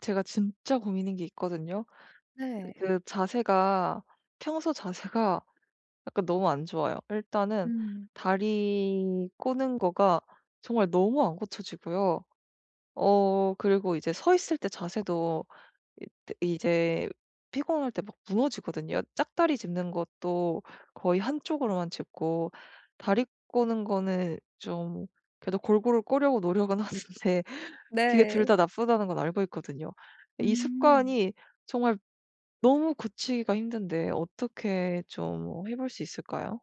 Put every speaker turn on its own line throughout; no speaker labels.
제가 진짜 고민인 게 있거든요.
네.
그 자세가 평소 자세가 약간 너무 안 좋아요. 일단은
음.
다리 꼬는 거가 정말 너무 안 고쳐지고요. 그리고 이제 서 있을 때 자세도 이 이제 피곤할 때 막 무너지거든요. 짝다리 짚는 것도 거의 한쪽으로만 짚고 다리 꼬는 거는 좀 그래도 골고루 꼬려고 노력은 하는데 그게 둘
네.
다 나쁘다는 건 알고 있거든요. 이
음.
습관이 정말 너무 고치기가 힘든데 어떻게 좀 해볼 수 있을까요?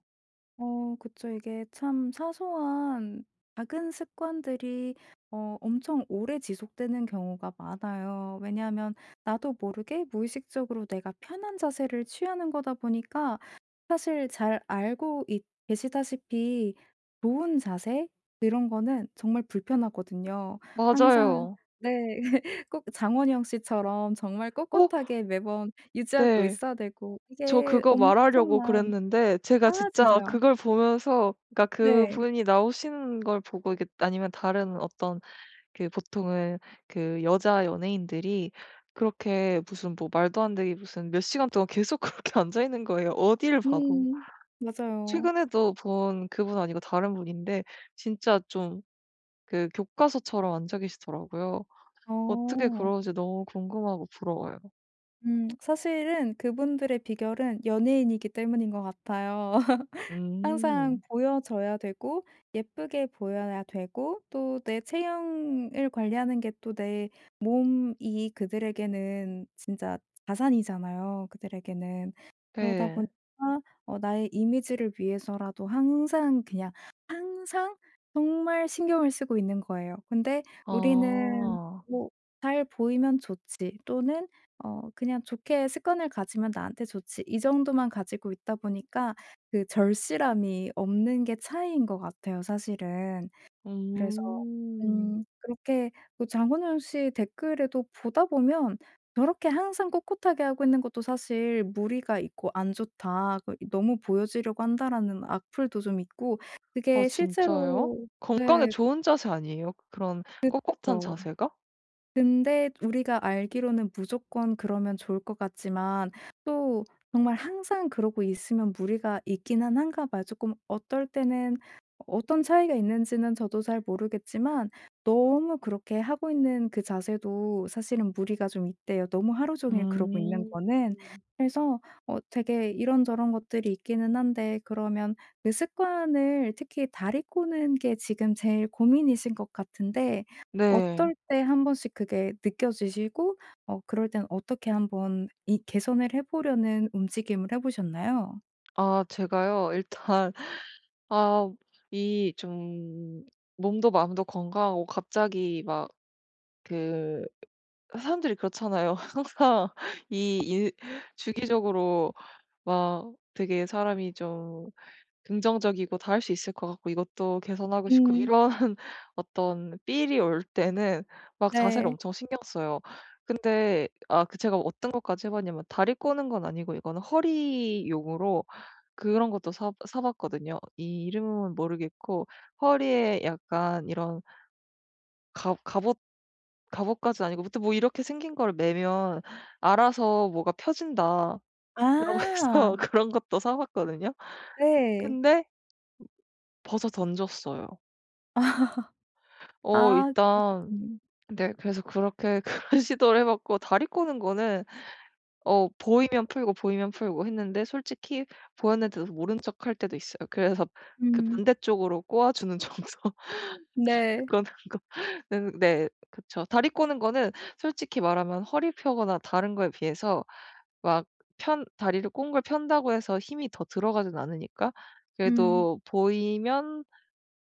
그쵸. 이게 참 사소한 작은 습관들이 엄청 오래 지속되는 경우가 많아요. 왜냐하면 나도 모르게 무의식적으로 내가 편한 자세를 취하는 거다 보니까 사실 잘 알고 있 계시다시피 좋은 자세 이런 거는 정말 불편하거든요. 항상
맞아요.
네. 꼭 장원영 씨처럼 정말
어
꼿꼿하게 매번 유지하고
네.
있어야 되고
저
이게
그거 말하려고
엄청난
그랬는데 제가
아
진짜
진짜요.
그걸 보면서 그러니까
네.
그분이 나오시는 걸 보고 이게 아니면 다른 어떤 그 보통은 그 여자 연예인들이 그렇게 무슨 뭐 말도 안 되게 무슨 몇 시간 동안 계속 그렇게 앉아 있는 거예요, 어디를 봐도.
음. 맞아요.
최근에도 본 그분 아니고 다른 분인데 진짜 좀 그 교과서처럼 앉아 계시더라고요. 어떻게 그
어.
러지 너무 궁금하고 부러워요.
사실은 그분들의 비결은 연예인이기 때문인 것 같아요. 항상
음.
보여져야 되고 예쁘게 보여야 되고 또 내 체형을 관리하는 게 또 내 몸이 그들에게는 진짜 자산이잖아요 그들에게는. 그러다 보니까
네.
나의 이미지를 위해서라도 항상 그냥 항상 정말 신경을 쓰고 있는 거예요. 근데 우리는
아.
뭐 '잘 보이면 좋지.' 또는 '그냥 좋게 습관을 가지면 나한테 좋지.' 이 정도만 가지고 있다 보니까 그 절실함이 없는 게 차이인 것 같아요 사실은. 그래서
음.
그렇게 그 장원영 씨 댓글에도 보다 보면 저렇게 항상 꿋꿋하게 하고 있는 것도 사실 '무리가 있고 안 좋다. 그 너무 보여지려고 한다.'라는 악플도 좀 있고
아
그게
진짜요?
실제로
건강에
네
좋은 자세 아니에요? 그런 꼿꼿한
그쵸.
자세가?
근데 우리가 알기로는 무조건 그러면 좋을 것 같지만 또 정말 항상 그러고 있으면 무리가 있기는 한가 봐요. 조금 어떨 때는 어떤 차이가 있는지는 저도 잘 모르겠지만 너무 그렇게 하고 있는 그 자세도 사실은 무리가 좀 있대요. 너무 하루 종일 그러고 있는 거는.
음.
그래서 되게 이런저런 것들이 있기는 한데 그러면 그 습관을 특히 다리 꼬는 게 지금 제일 고민이신 것 같은데
네.
어떨 때 한 번씩 그게 느껴지시고 그럴 땐 어떻게 한번 이 개선을 해 보려는 움직임을 해 보셨나요?
아 제가요 일단 아 이 좀 몸도 마음도 건강하고 갑자기 막 그 사람들이 그렇잖아요. 항상 이 일 주기적으로 막 되게 사람이 좀 긍정적이고 다 할 수 있을 것 같고 이것도 개선하고 싶고
음.
이런 어떤 필이 올 때는 막 자세를
네.
엄청 신경 써요. 근데 그 제가 어떤 것까지 해 봤냐면 다리 꼬는 건 아니고 이거는 허리용으로 그런 것도 사 봤거든요. 이 이름은 모르겠고 허리에 약간 이런 갑 갑옷 갑옷까지는 아니고 아무튼 뭐 "이렇게 생긴 걸 매면 알아서 뭐가 펴진다."라고
아.
해서 그런 것도 사 봤거든요.
네.
근데 벗어 던졌어요. 어
아
일단
그러셨군요.
네 그래서 그렇게 그런 시도를 해 봤고 다리 꼬는 거는 보이면 풀고 보이면 풀고 했는데 솔직히 보였는데도 모른 척 할 때도 있어요. 그래서 그
음.
반대쪽으로 꼬아 주는 정도
네.
꼬는 거는 네 그쵸. 다리 꼬는 거는 솔직히 말하면 허리 펴거나 다른 거에 비해서 막 편 다리를 꼰 걸 편다고 해서 힘이 더 들어가진 않으니까
음.
그래도 보이면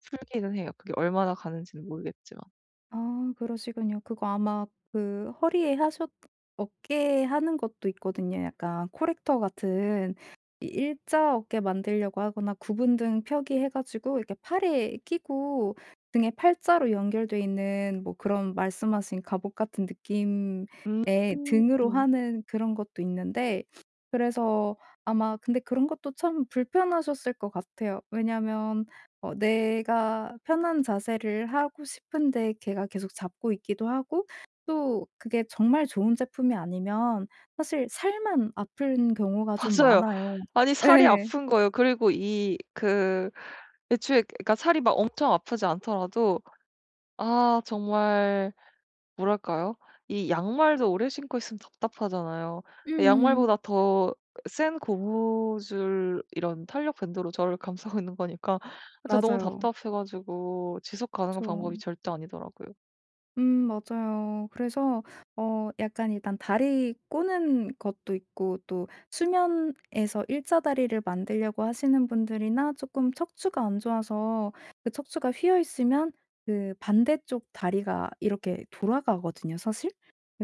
풀기는 해요. 그게 얼마나 가는지는 모르겠지만.
아 그러시군요. 그거 아마 그 허리에 하셨 어깨에 하는 것도 있거든요. 약간 코렉터 같은 이 일자 어깨 만들려고 하거나 구분 등 표기해 가지고 이렇게 팔에 끼고 등에 팔자로 연결돼 있는 뭐 그런 말씀하신 갑옷 같은 느낌의
음.
등으로 하는 그런 것도 있는데 그래서 아마 근데 그런 것도 참 불편하셨을 것 같아요. 왜냐하면 내가 편한 자세를 하고 싶은데 걔가 계속 잡고 있기도 하고 또 그게 정말 좋은 제품이 아니면 사실 살만 아픈 경우가 좀
맞아요.
많아요.
아니 살이
네.
아픈 거예요. 그리고 이 그 애초에 그러니까 살이 막 엄청 아프지 않더라도 아 정말 뭐랄까요? 이 양말도 오래 신고 있으면 답답하잖아요.
음.
양말보다 더 센 고무줄 이런 탄력 밴드로 저를 감싸고 있는 거니까 진짜 너무
맞아요.
답답해 가지고 지속 가능한
그쵸.
방법이 절대 아니더라고요.
맞아요. 그래서 약간 일단 다리 꼬는 것도 있고 또 수면에서 일자 다리를 만들려고 하시는 분들이나 조금 척추가 안 좋아서 그 척추가 휘어 있으면 그 반대쪽 다리가 이렇게 돌아가거든요 사실.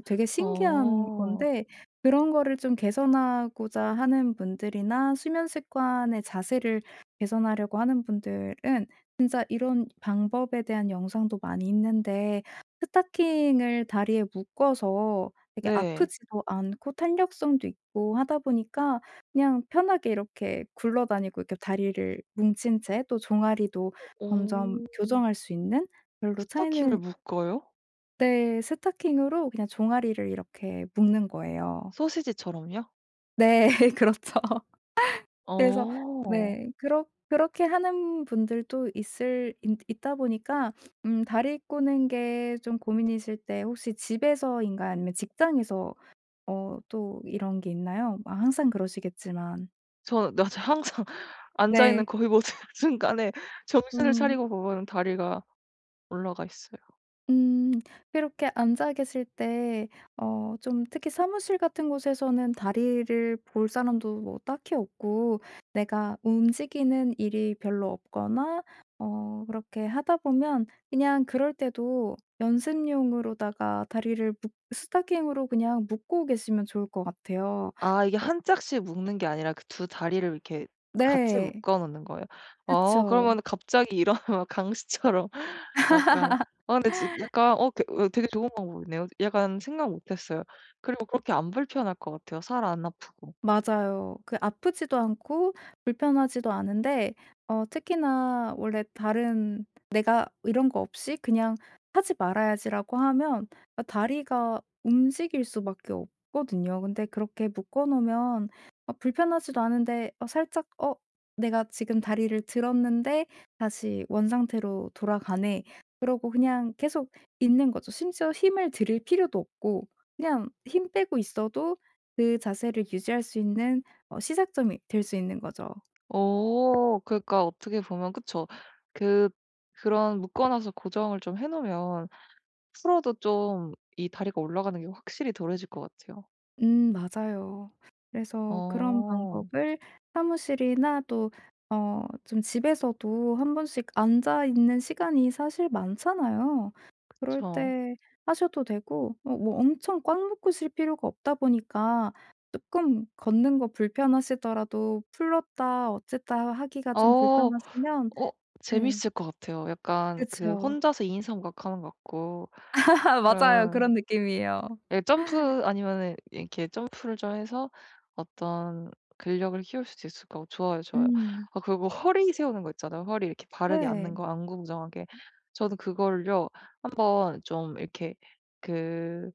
되게 신기한
아.
건데 그런 거를 좀 개선하고자 하는 분들이나 수면 습관의 자세를 개선하려고 하는 분들은 진짜 이런 방법에 대한 영상도 많이 있는데 스타킹을 다리에 묶어서 되게
네.
아프지도 않고 탄력성도 있고 하다 보니까 그냥 편하게 이렇게 굴러다니고 이렇게 다리를 뭉친 채 또 종아리도 점점
어.
교정할 수 있는 별로
스타킹을
차이는
묶어요?
네 스타킹으로 그냥 종아리를 이렇게 묶는 거예요.
소시지처럼요?
네 그렇죠. 그래서
어.
네. 그렇게 하는 분들도 있을 있 있다 보니까 다리 꼬는 게 좀 고민이실 때 혹시 집에서인가 아니면 직장에서 또 이런 게 있나요? 아 항상 그러시겠지만.
저 낮에 항상 앉아 있는
네.
거의 모든 순간에 정신을
음.
차리고 보면 다리가 올라가 있어요.
음. 그렇게 앉아 계실 때 좀 특히 사무실 같은 곳에서는 다리를 볼 사람도 뭐 딱히 없고 내가 움직이는 일이 별로 없거나 그렇게 하다 보면 그냥 그럴 때도 연습용으로다가 다리를 묶 스타킹으로 그냥 묶고 계시면 좋을 것 같아요.
아 이게
어
한 짝씩 묶는 게 아니라 그 두 다리를 이렇게 같이
네.
묶어 놓는 거예요?
그쵸.
어 그러면은 갑자기 일어나면 강시처럼 약간 아 근데 지 약간 되게 좋은 방법이네요. 약간 생각 못 했어요. 그리고 그렇게 안 불편할 것 같아요, 살 안 아프고.
맞아요. 그 아프지도 않고 불편하지도 않은데 특히나 원래 다른 '내가 이런 거 없이 그냥 하지 말아야지.'라고 하면 아 다리가 움직일 수밖에 없거든요. 근데 그렇게 묶어 놓으면 불편하지도 않은데 살짝 '어 내가 지금 다리를 들었는데 다시 원상태로 돌아가네.' 그러고 그냥 계속 있는 거죠. 심지어 힘을 들일 필요도 없고 그냥 힘 빼고 있어도 그 자세를 유지할 수 있는 시작점이 될 수 있는 거죠.
어 그러니까 어떻게 보면 그쵸. 그 그런 묶어 놔서 고정을 좀 해 놓으면 풀어도 좀 이 다리가 올라가는 게 확실히 덜해질 것 같아요.
맞아요. 그래서 그런
어
방법을 사무실이나 또 좀 집에서도 한 번씩 앉아 있는 시간이 사실 많잖아요. 그럴
그쵸.
때 하셔도 되고 뭐 엄청 꽉 묶으실 필요가 없다 보니까 조금 걷는 거 불편하시더라도 풀었다 어쨌다 하기가 좀
어.
불편하시면
어
네.
재밌을 것 같아요. 약간 그
그쵸.
혼자서 2인삼각 하는 것 같고
맞아요. 그런
그런
느낌이에요.
예 점프 아니면은 이렇게 점프를 좀 해서 어떤 근력을 키울 수도 있을 것 같고 좋아요, 좋아요.
음.
아 그리고 허리 세우는 거 있잖아요. 허리 이렇게 바르게
네.
앉는 거 안구부정하게. 저는 그거를요 한번 좀 이렇게 그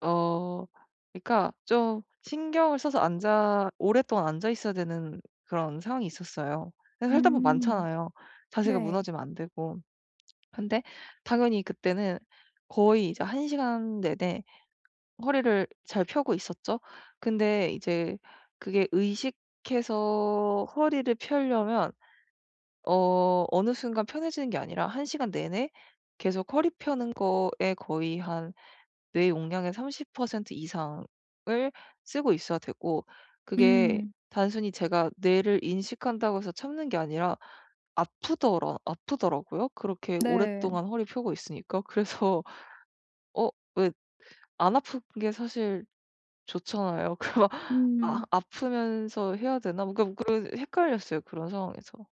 어 그러니까 좀 신경을 써서 앉아 오랫동안 앉아 있어야 되는 그런 상황이 있었어요. 그래서 살다 보면
음.
많잖아요. 자세가
네.
무너지면 안 되고. 근데 당연히 그때는 거의 이제 한 시간 내내 허리를 잘 펴고 있었죠. 근데 이제 그게 의식해서 허리를 펴려면 어느 순간 편해지는 게 아니라 한 시간 내내 계속 허리 펴는 거에 거의 한 뇌 용량의 30% 이상을 쓰고 있어야 되고 그게
음.
단순히 제가 뇌를 인식한다고 해서 참는 게 아니라 아프더라고요. 그렇게
네.
오랫동안 허리 펴고 있으니까. 그래서 어 왜 안 아픈 게 사실 좋잖아요. 그막 '아
음.
아프면서 해야 되나?' 뭐 그러니까 그런 헷갈렸어요, 그런 상황에서.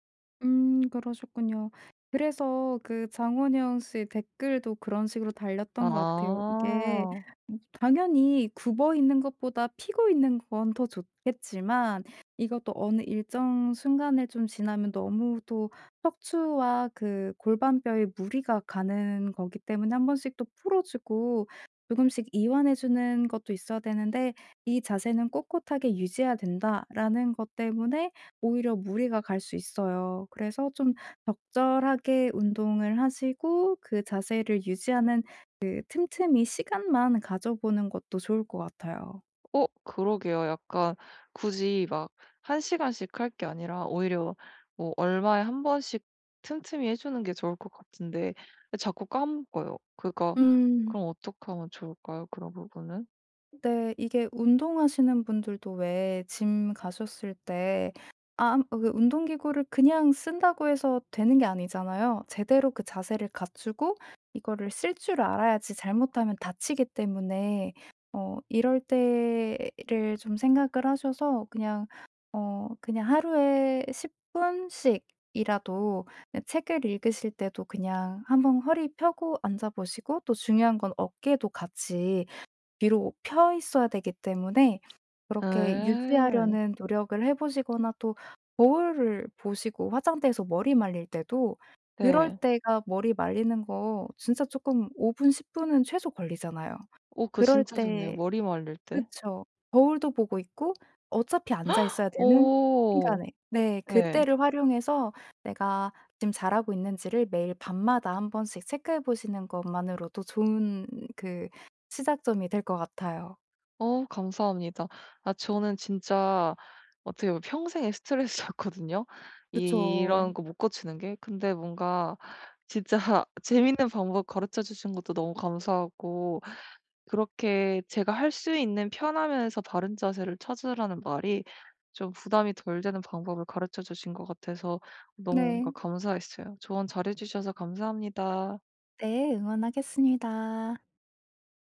그러셨군요. 그래서 그 장원영 씨 댓글도 그런 식으로 달렸던 것 같아요. 이게
아.
당연히 굽어 있는 것보다 피고 있는 건 더 좋겠지만 이것도 어느 일정 순간을 좀 지나면 너무 또 척추와 그 골반뼈에 무리가 가는 거기 때문에 한 번씩 또 풀어 주고 조금씩 이완해 주는 것도 있어야 되는데 '이 자세는 꼿꼿하게 유지해야 된다.'라는 것 때문에 오히려 무리가 갈 수 있어요. 그래서 좀 적절하게 운동을 하시고 그 자세를 유지하는 그 틈틈이 시간만 가져보는 것도 좋을 것 같아요.
어 그러게요. 약간 굳이 막 1시간 시간씩 할 게 아니라 오히려 뭐 얼마에 한 번씩 틈틈이 해 주는 게 좋을 것 같은데 자꾸 까먹어요. 그러니까
음.
그럼 어떻게 하면 좋을까요? 그런 부분은?
네. 이게 운동하시는 분들도 왜 짐 가셨을 때 그 운동 기구를 그냥 쓴다고 해서 되는 게 아니잖아요. 제대로 그 자세를 갖추고 이거를 쓸 줄 알아야지 잘못하면 다치기 때문에 이럴 때를 좀 생각을 하셔서 그냥 그냥 하루에 10 분씩 이라도 네 책을 읽으실 때도 그냥 한번 허리 펴고 앉아 보시고 또 중요한 건 어깨도 같이 뒤로 펴 있어야 되기 때문에 그렇게
예.
유지하려는 노력을 해 보시거나 또 거울을 보시고 화장대에서 머리 말릴 때도 그럴
네.
때가 머리 말리는 거 진짜 쪼끔 5 분 10 분은 최소 걸리잖아요.
오, 그거
그럴
진짜 좋네요.
때
머리 말릴 때.
그쵸. 거울도 보고 있고 어차피 앉아 있어야 되는
오.
시간에 네
네.
그때를 활용해서 내가 지금 잘하고 있는지를 매일 밤마다 한 번씩 체크해 보시는 것만으로도 좋은 그 시작점이 될 것 같아요.
어 감사합니다. 아 저는 진짜 어떻게 보면 평생의 스트레스였거든요.
그쵸.
이런 거 못 고치는 게. 근데 뭔가 진짜 재밌는 방법 가르쳐 주신 것도 너무 감사하고 그렇게 제가 할 수 있는 편하면서 바른 자세를 찾으라는 말이 좀 부담이 덜 되는 방법을 가르쳐 주신 것 같아서 너무 뭔가
네.
감사했어요. 조언 잘해 주셔서 감사합니다.
네. 응원하겠습니다.